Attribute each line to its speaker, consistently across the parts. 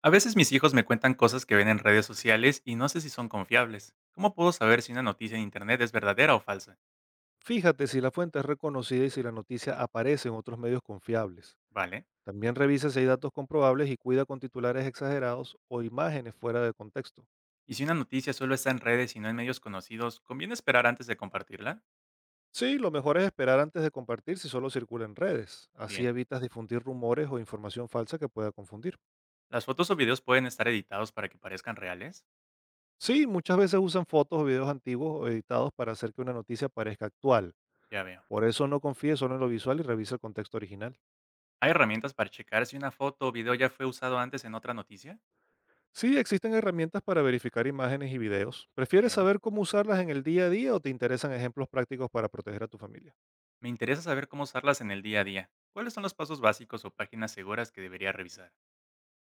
Speaker 1: A veces mis hijos me cuentan cosas que ven en redes sociales y no sé si son confiables. ¿Cómo puedo saber si una noticia en Internet es verdadera o falsa?
Speaker 2: Fíjate si la fuente es reconocida y si la noticia aparece en otros medios confiables.
Speaker 1: ¿Vale?
Speaker 2: También revisa si hay datos comprobables y cuida con titulares exagerados o imágenes fuera de contexto.
Speaker 1: Y si una noticia solo está en redes y no en medios conocidos, ¿conviene esperar antes de compartirla?
Speaker 2: Sí, lo mejor es esperar antes de compartir si solo circula en redes. Así
Speaker 1: Bien.
Speaker 2: evitas difundir rumores o información falsa que pueda confundir.
Speaker 1: ¿Las fotos o videos pueden estar editados para que parezcan reales?
Speaker 2: Sí, muchas veces usan fotos o videos antiguos o editados para hacer que una noticia parezca actual.
Speaker 1: Ya veo.
Speaker 2: Por eso no confíes solo en lo visual y revisa el contexto original.
Speaker 1: ¿Hay herramientas para checar si una foto o video ya fue usado antes en otra noticia?
Speaker 2: Sí, existen herramientas para verificar imágenes y videos. ¿Prefieres
Speaker 1: Bien.
Speaker 2: saber cómo usarlas en el día a día o te interesan ejemplos prácticos para proteger a tu familia?
Speaker 1: Me interesa saber cómo usarlas en el día a día. ¿Cuáles son los pasos básicos o páginas seguras que debería revisar?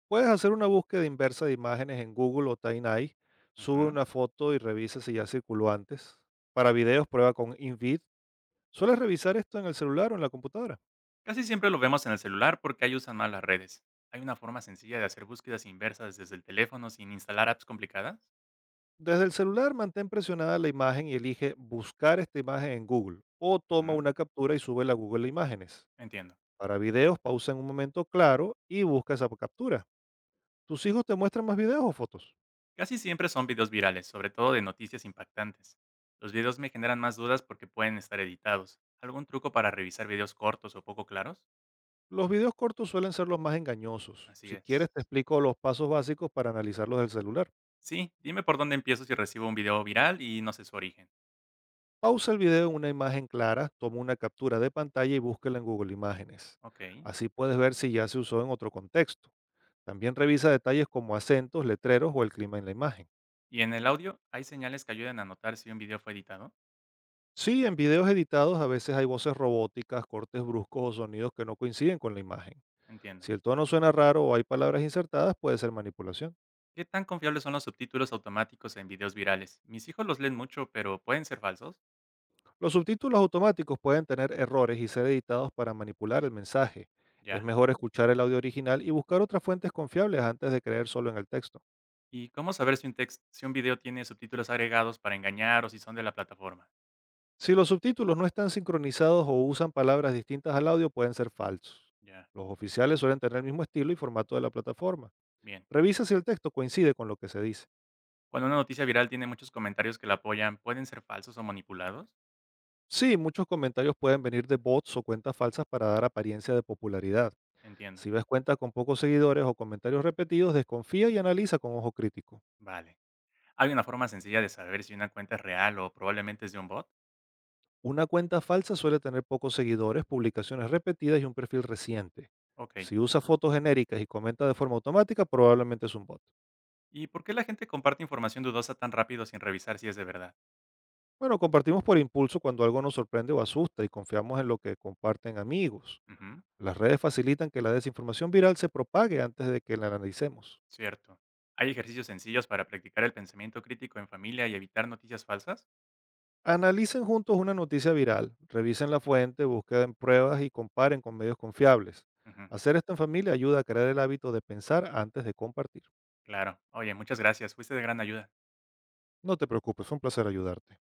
Speaker 2: Puedes hacer una búsqueda inversa de imágenes en Google o Tiny, sube
Speaker 1: Ujú.
Speaker 2: una foto y revisa si ya circuló antes. Para videos, prueba con InVid. ¿Sueles revisar esto en el celular o en la computadora?
Speaker 1: Casi siempre lo vemos en el celular porque ahí usan mal las redes. ¿Hay una forma sencilla de hacer búsquedas inversas desde el teléfono sin instalar apps complicadas?
Speaker 2: Desde el celular, mantén presionada la imagen y elige buscar esta imagen en Google o toma
Speaker 1: Ujú,
Speaker 2: una captura y sube a Google Imágenes.
Speaker 1: entiendo.
Speaker 2: Para videos, pausa en un momento claro y busca esa captura. ¿Tus hijos te muestran más videos o fotos?
Speaker 1: Casi siempre son videos virales, sobre todo de noticias impactantes. Los videos me generan más dudas porque pueden estar editados. ¿Algún truco para revisar videos cortos o poco claros?
Speaker 2: Los videos cortos suelen ser los más engañosos.
Speaker 1: Así
Speaker 2: Si quieres,
Speaker 1: es.
Speaker 2: te explico los pasos básicos para analizarlos del celular.
Speaker 1: Sí, dime por dónde empiezo si recibo un video viral y no sé su origen.
Speaker 2: Pausa el video en una imagen clara, toma una captura de pantalla y búsquela en Google Imágenes.
Speaker 1: Ok.
Speaker 2: Así puedes ver si ya se usó en otro contexto. También revisa detalles como acentos, letreros o el clima en la imagen.
Speaker 1: ¿Y en el audio hay señales que ayuden a notar si un video fue editado?
Speaker 2: Sí, en videos editados a veces hay voces robóticas, cortes bruscos o sonidos que no coinciden con la imagen.
Speaker 1: Entiendo.
Speaker 2: Si el tono suena raro o hay palabras insertadas, puede ser manipulación.
Speaker 1: ¿Qué tan confiables son los subtítulos automáticos en videos virales? Mis hijos los leen mucho, pero ¿pueden ser falsos?
Speaker 2: Los subtítulos automáticos pueden tener errores y ser editados para manipular el mensaje. Es
Speaker 1: Ya.
Speaker 2: mejor escuchar el audio original y buscar otras fuentes confiables antes de creer solo en el texto.
Speaker 1: ¿Y cómo saber si si un video tiene subtítulos agregados para engañar o si son de la plataforma?
Speaker 2: Si los subtítulos no están sincronizados o usan palabras distintas al audio, pueden ser falsos.
Speaker 1: Ya.
Speaker 2: Los oficiales suelen tener el mismo estilo y formato de la plataforma.
Speaker 1: Bien.
Speaker 2: Revisa si el texto coincide con lo que se dice.
Speaker 1: Cuando una noticia viral tiene muchos comentarios que la apoyan, ¿pueden ser falsos o manipulados?
Speaker 2: Sí, muchos comentarios pueden venir de bots o cuentas falsas para dar apariencia de popularidad.
Speaker 1: Entiendo.
Speaker 2: Si ves cuenta con pocos seguidores o comentarios repetidos, desconfía y analiza con ojo crítico.
Speaker 1: Vale. ¿Hay una forma sencilla de saber si una cuenta es real o probablemente es de un bot?
Speaker 2: Una cuenta falsa suele tener pocos seguidores, publicaciones repetidas y un perfil reciente.
Speaker 1: Ok.
Speaker 2: Si usa fotos genéricas y comenta de forma automática, probablemente es un bot.
Speaker 1: ¿Y por qué la gente comparte información dudosa tan rápido sin revisar si es de verdad?
Speaker 2: Bueno, compartimos por impulso cuando algo nos sorprende o asusta y confiamos en lo que comparten amigos.
Speaker 1: Ujú.
Speaker 2: Las redes facilitan que la desinformación viral se propague antes de que la analicemos.
Speaker 1: Cierto. ¿Hay ejercicios sencillos para practicar el pensamiento crítico en familia y evitar noticias falsas?
Speaker 2: Analicen juntos una noticia viral, revisen la fuente, busquen pruebas y comparen con medios confiables.
Speaker 1: Ujú,
Speaker 2: Hacer esto en familia ayuda a crear el hábito de pensar antes de compartir.
Speaker 1: claro. Oye, muchas gracias. Fuiste de gran ayuda.
Speaker 2: No te preocupes, fue un placer ayudarte.